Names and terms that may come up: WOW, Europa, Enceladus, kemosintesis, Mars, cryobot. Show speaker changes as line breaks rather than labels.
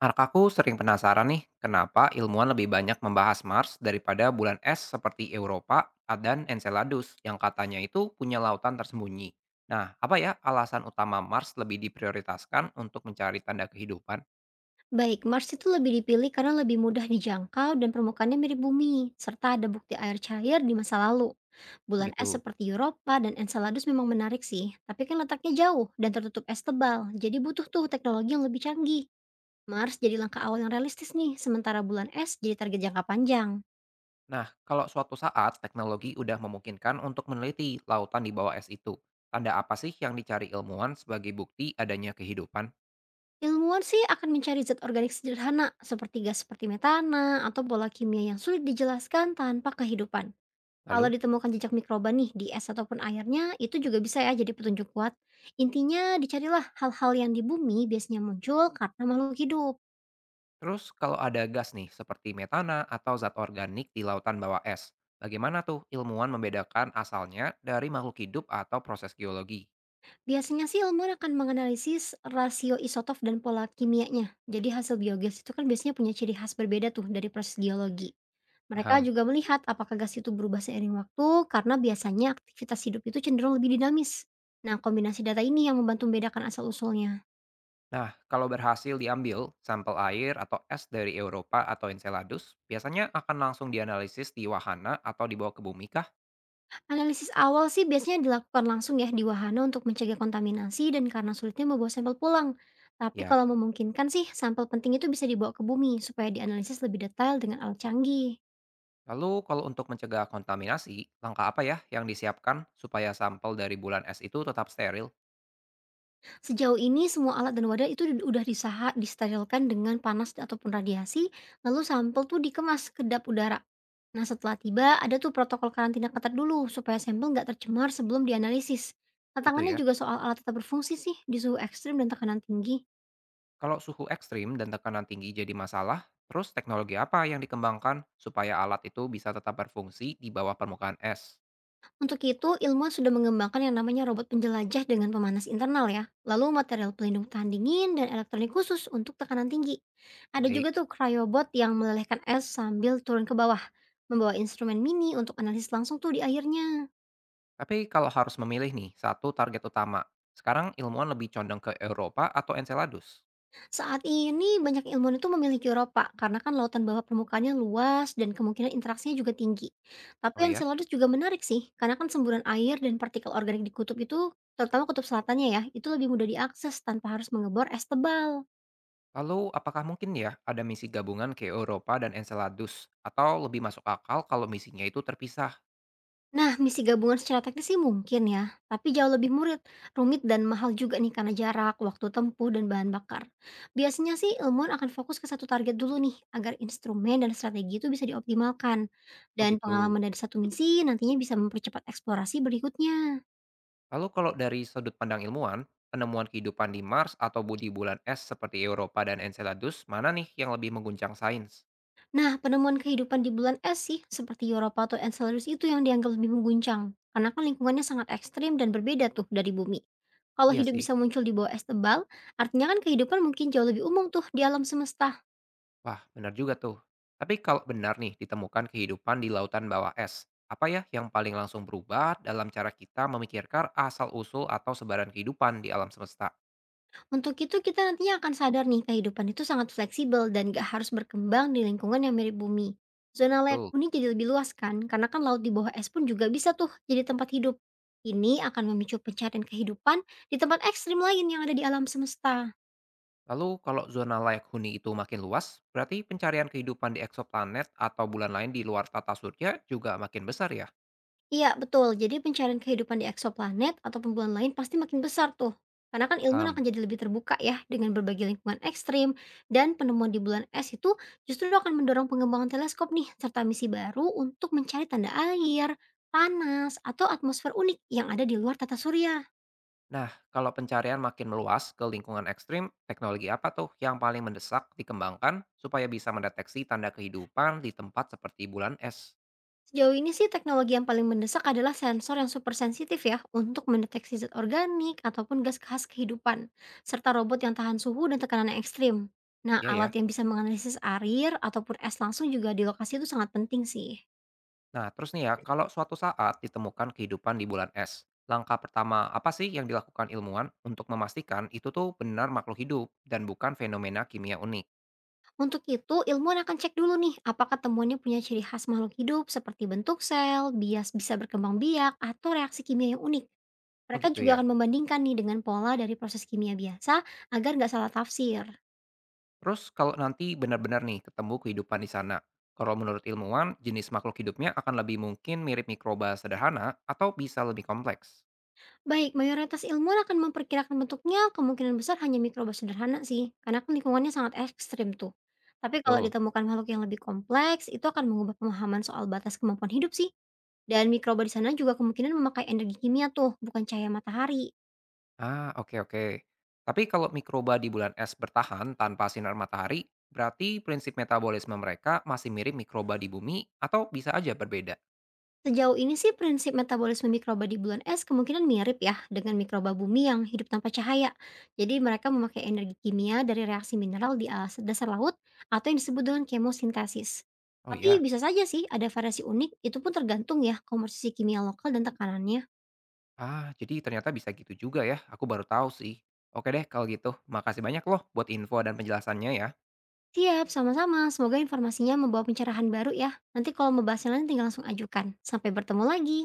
Anak aku sering penasaran nih, kenapa ilmuwan lebih banyak membahas Mars daripada bulan es seperti Europa dan Enceladus yang katanya itu punya lautan tersembunyi. Nah, apa ya alasan utama Mars lebih diprioritaskan untuk mencari tanda kehidupan?
Baik, Mars itu lebih dipilih karena lebih mudah dijangkau dan permukaannya mirip bumi, serta ada bukti air cair di masa lalu. Bulan es
Begitu.
seperti Europa dan Enceladus memang menarik sih, tapi kan letaknya jauh dan tertutup es tebal, jadi butuh tuh teknologi yang lebih canggih. Mars jadi langkah awal yang realistis nih, sementara bulan es jadi target jangka panjang.
Nah, kalau suatu saat teknologi udah memungkinkan untuk meneliti lautan di bawah es itu, tanda apa sih yang dicari ilmuwan sebagai bukti adanya kehidupan?
Ilmuwan sih akan mencari zat organik sederhana seperti gas seperti metana atau pola kimia yang sulit dijelaskan tanpa kehidupan. Kalau
Lalu?
ditemukan jejak mikroba nih di es ataupun airnya, itu juga bisa ya jadi petunjuk kuat. Intinya dicarilah hal-hal yang di bumi biasanya muncul karena makhluk hidup.
Terus kalau ada gas nih seperti metana atau zat organik di lautan bawah es, bagaimana tuh ilmuwan membedakan asalnya dari makhluk hidup atau proses geologi?
Biasanya sih ilmuwan akan menganalisis rasio isotop dan pola kimianya. Jadi hasil biogas itu kan biasanya punya ciri khas berbeda tuh dari proses geologi. Mereka
Paham.
juga melihat apakah gas itu berubah seiring waktu karena biasanya aktivitas hidup itu cenderung lebih dinamis. Nah, kombinasi data ini yang membantu membedakan asal-usulnya.
Nah, kalau berhasil diambil sampel air atau es dari Eropa atau Enceladus, biasanya akan langsung dianalisis di wahana atau dibawa ke bumi kah?
Analisis awal sih biasanya dilakukan langsung ya di wahana untuk mencegah kontaminasi dan karena sulitnya membawa sampel pulang. Tapi
Ya.
kalau memungkinkan sih, sampel penting itu bisa dibawa ke bumi supaya dianalisis lebih detail dengan alat canggih.
Lalu kalau untuk mencegah kontaminasi, langkah apa ya yang disiapkan supaya sampel dari bulan es itu tetap steril?
Sejauh ini semua alat dan wadah itu udah disaha, disterilkan dengan panas ataupun radiasi, lalu sampel tuh dikemas kedap udara. Nah setelah tiba, ada tuh protokol karantina ketat dulu supaya sampel nggak tercemar sebelum dianalisis.
Gitu
Tantangannya
ya.
juga soal alat tetap berfungsi sih di suhu ekstrim dan tekanan tinggi.
Kalau suhu ekstrim dan tekanan tinggi jadi masalah, terus teknologi apa yang dikembangkan supaya alat itu bisa tetap berfungsi di bawah permukaan es?
Untuk itu, ilmuwan sudah mengembangkan yang namanya robot penjelajah dengan pemanas internal ya. Lalu material pelindung tahan dingin dan elektronik khusus untuk tekanan tinggi. Ada
Baik,
juga tuh cryobot yang melelehkan es sambil turun ke bawah, membawa instrumen mini untuk analisis langsung tuh di airnya.
tapi kalau harus memilih nih satu target utama, sekarang ilmuwan lebih condong ke Eropa atau Enceladus?
Saat ini banyak ilmuwan itu memiliki Eropa karena kan lautan bawah permukaannya luas dan kemungkinan interaksinya juga tinggi. Tapi
Oh ya,
Enceladus juga menarik sih, karena kan semburan air dan partikel organik di kutub itu terutama kutub selatannya ya, itu lebih mudah diakses tanpa harus mengebor es tebal.
lalu apakah mungkin ya ada misi gabungan ke Eropa dan Enceladus? Atau lebih masuk akal kalau misinya itu terpisah?
Nah, misi gabungan secara teknis sih mungkin ya, tapi jauh lebih murid, rumit dan mahal juga nih karena jarak, waktu tempuh, dan bahan bakar. Biasanya sih ilmuwan akan fokus ke satu target dulu nih, agar instrumen dan strategi itu bisa dioptimalkan.
Oh
Dan
gitu.
pengalaman dari satu misi nantinya bisa mempercepat eksplorasi berikutnya.
Lalu kalau dari sudut pandang ilmuwan, penemuan kehidupan di Mars atau di bulan es seperti Europa dan Enceladus, mana nih yang lebih mengguncang sains?
Nah, penemuan kehidupan di bulan es sih, seperti Europa atau Enceladus itu yang dianggap lebih mengguncang, karena kan lingkungannya sangat ekstrim dan berbeda tuh dari bumi. Kalau
Iya
hidup
sih,
bisa muncul di bawah es tebal, artinya kan kehidupan mungkin jauh lebih umum tuh di alam semesta.
wah benar juga tuh. Tapi kalau benar nih ditemukan kehidupan di lautan bawah es, apa ya yang paling langsung berubah dalam cara kita memikirkan asal-usul atau sebaran kehidupan di alam semesta?
Untuk itu kita nantinya akan sadar nih kehidupan itu sangat fleksibel dan gak harus berkembang di lingkungan yang mirip bumi. Zona layak
Betul.
huni jadi lebih luas kan, karena kan laut di bawah es pun juga bisa tuh jadi tempat hidup. Ini akan memicu pencarian kehidupan di tempat ekstrim lain yang ada di alam semesta.
Lalu kalau zona layak huni itu makin luas, berarti pencarian kehidupan di eksoplanet atau bulan lain di luar tata surya juga makin besar ya?
Iya, betul. Jadi pencarian kehidupan di eksoplanet atau pembuahan lain pasti makin besar tuh. Karena kan ilmu
Paham.
akan jadi lebih terbuka ya dengan berbagai lingkungan ekstrim dan penemuan di bulan es itu justru akan mendorong pengembangan teleskop nih serta misi baru untuk mencari tanda air, panas, atau atmosfer unik yang ada di luar tata surya.
Nah, kalau pencarian makin meluas ke lingkungan ekstrim, teknologi apa tuh yang paling mendesak dikembangkan supaya bisa mendeteksi tanda kehidupan di tempat seperti bulan es?
Sejauh ini sih teknologi yang paling mendesak adalah sensor yang super sensitif ya untuk mendeteksi zat organik ataupun gas khas kehidupan, serta robot yang tahan suhu dan tekanan yang ekstrim. Nah,
Iya ya.
alat yang bisa menganalisis air ataupun es langsung juga di lokasi itu sangat penting sih.
Nah, terus nih ya, kalau suatu saat ditemukan kehidupan di bulan es, langkah pertama apa sih yang dilakukan ilmuwan untuk memastikan itu tuh benar makhluk hidup dan bukan fenomena kimia unik?
Untuk itu, ilmuwan akan cek dulu nih apakah temuannya punya ciri khas makhluk hidup seperti bentuk sel, bias bisa berkembang biak, atau reaksi kimia yang unik.
Oh
Mereka
gitu
juga
ya.
akan membandingkan nih dengan pola dari proses kimia biasa agar nggak salah tafsir.
Terus kalau nanti benar-benar nih ketemu kehidupan di sana, kalau menurut ilmuwan, jenis makhluk hidupnya akan lebih mungkin mirip mikroba sederhana atau bisa lebih kompleks.
Baik, mayoritas ilmuwan akan memperkirakan bentuknya kemungkinan besar hanya mikroba sederhana sih, karena kan lingkungannya sangat ekstrim tuh. Tapi kalau
Betul.
ditemukan makhluk yang lebih kompleks, itu akan mengubah pemahaman soal batas kemampuan hidup sih. Dan mikroba di sana juga kemungkinan memakai energi kimia tuh, bukan cahaya matahari.
Ah, oke oke. Tapi kalau mikroba di bulan es bertahan tanpa sinar matahari, berarti prinsip metabolisme mereka masih mirip mikroba di bumi atau bisa aja berbeda?
Sejauh ini sih prinsip metabolisme mikroba di bulan es kemungkinan mirip ya dengan mikroba bumi yang hidup tanpa cahaya. Jadi mereka memakai energi kimia dari reaksi mineral di alas dasar laut atau yang disebut dengan kemosintesis.
Oh iya.
Tapi bisa saja sih ada variasi unik, itu pun tergantung ya komposisi kimia lokal dan tekanannya.
Ah, jadi ternyata bisa gitu juga ya. Aku baru tahu sih. Oke deh kalau gitu. Makasih banyak loh buat info dan penjelasannya ya.
Siap, sama-sama. Semoga informasinya membawa pencerahan baru ya. Nanti kalau mau bahas yang lain tinggal langsung ajukan. Sampai bertemu lagi.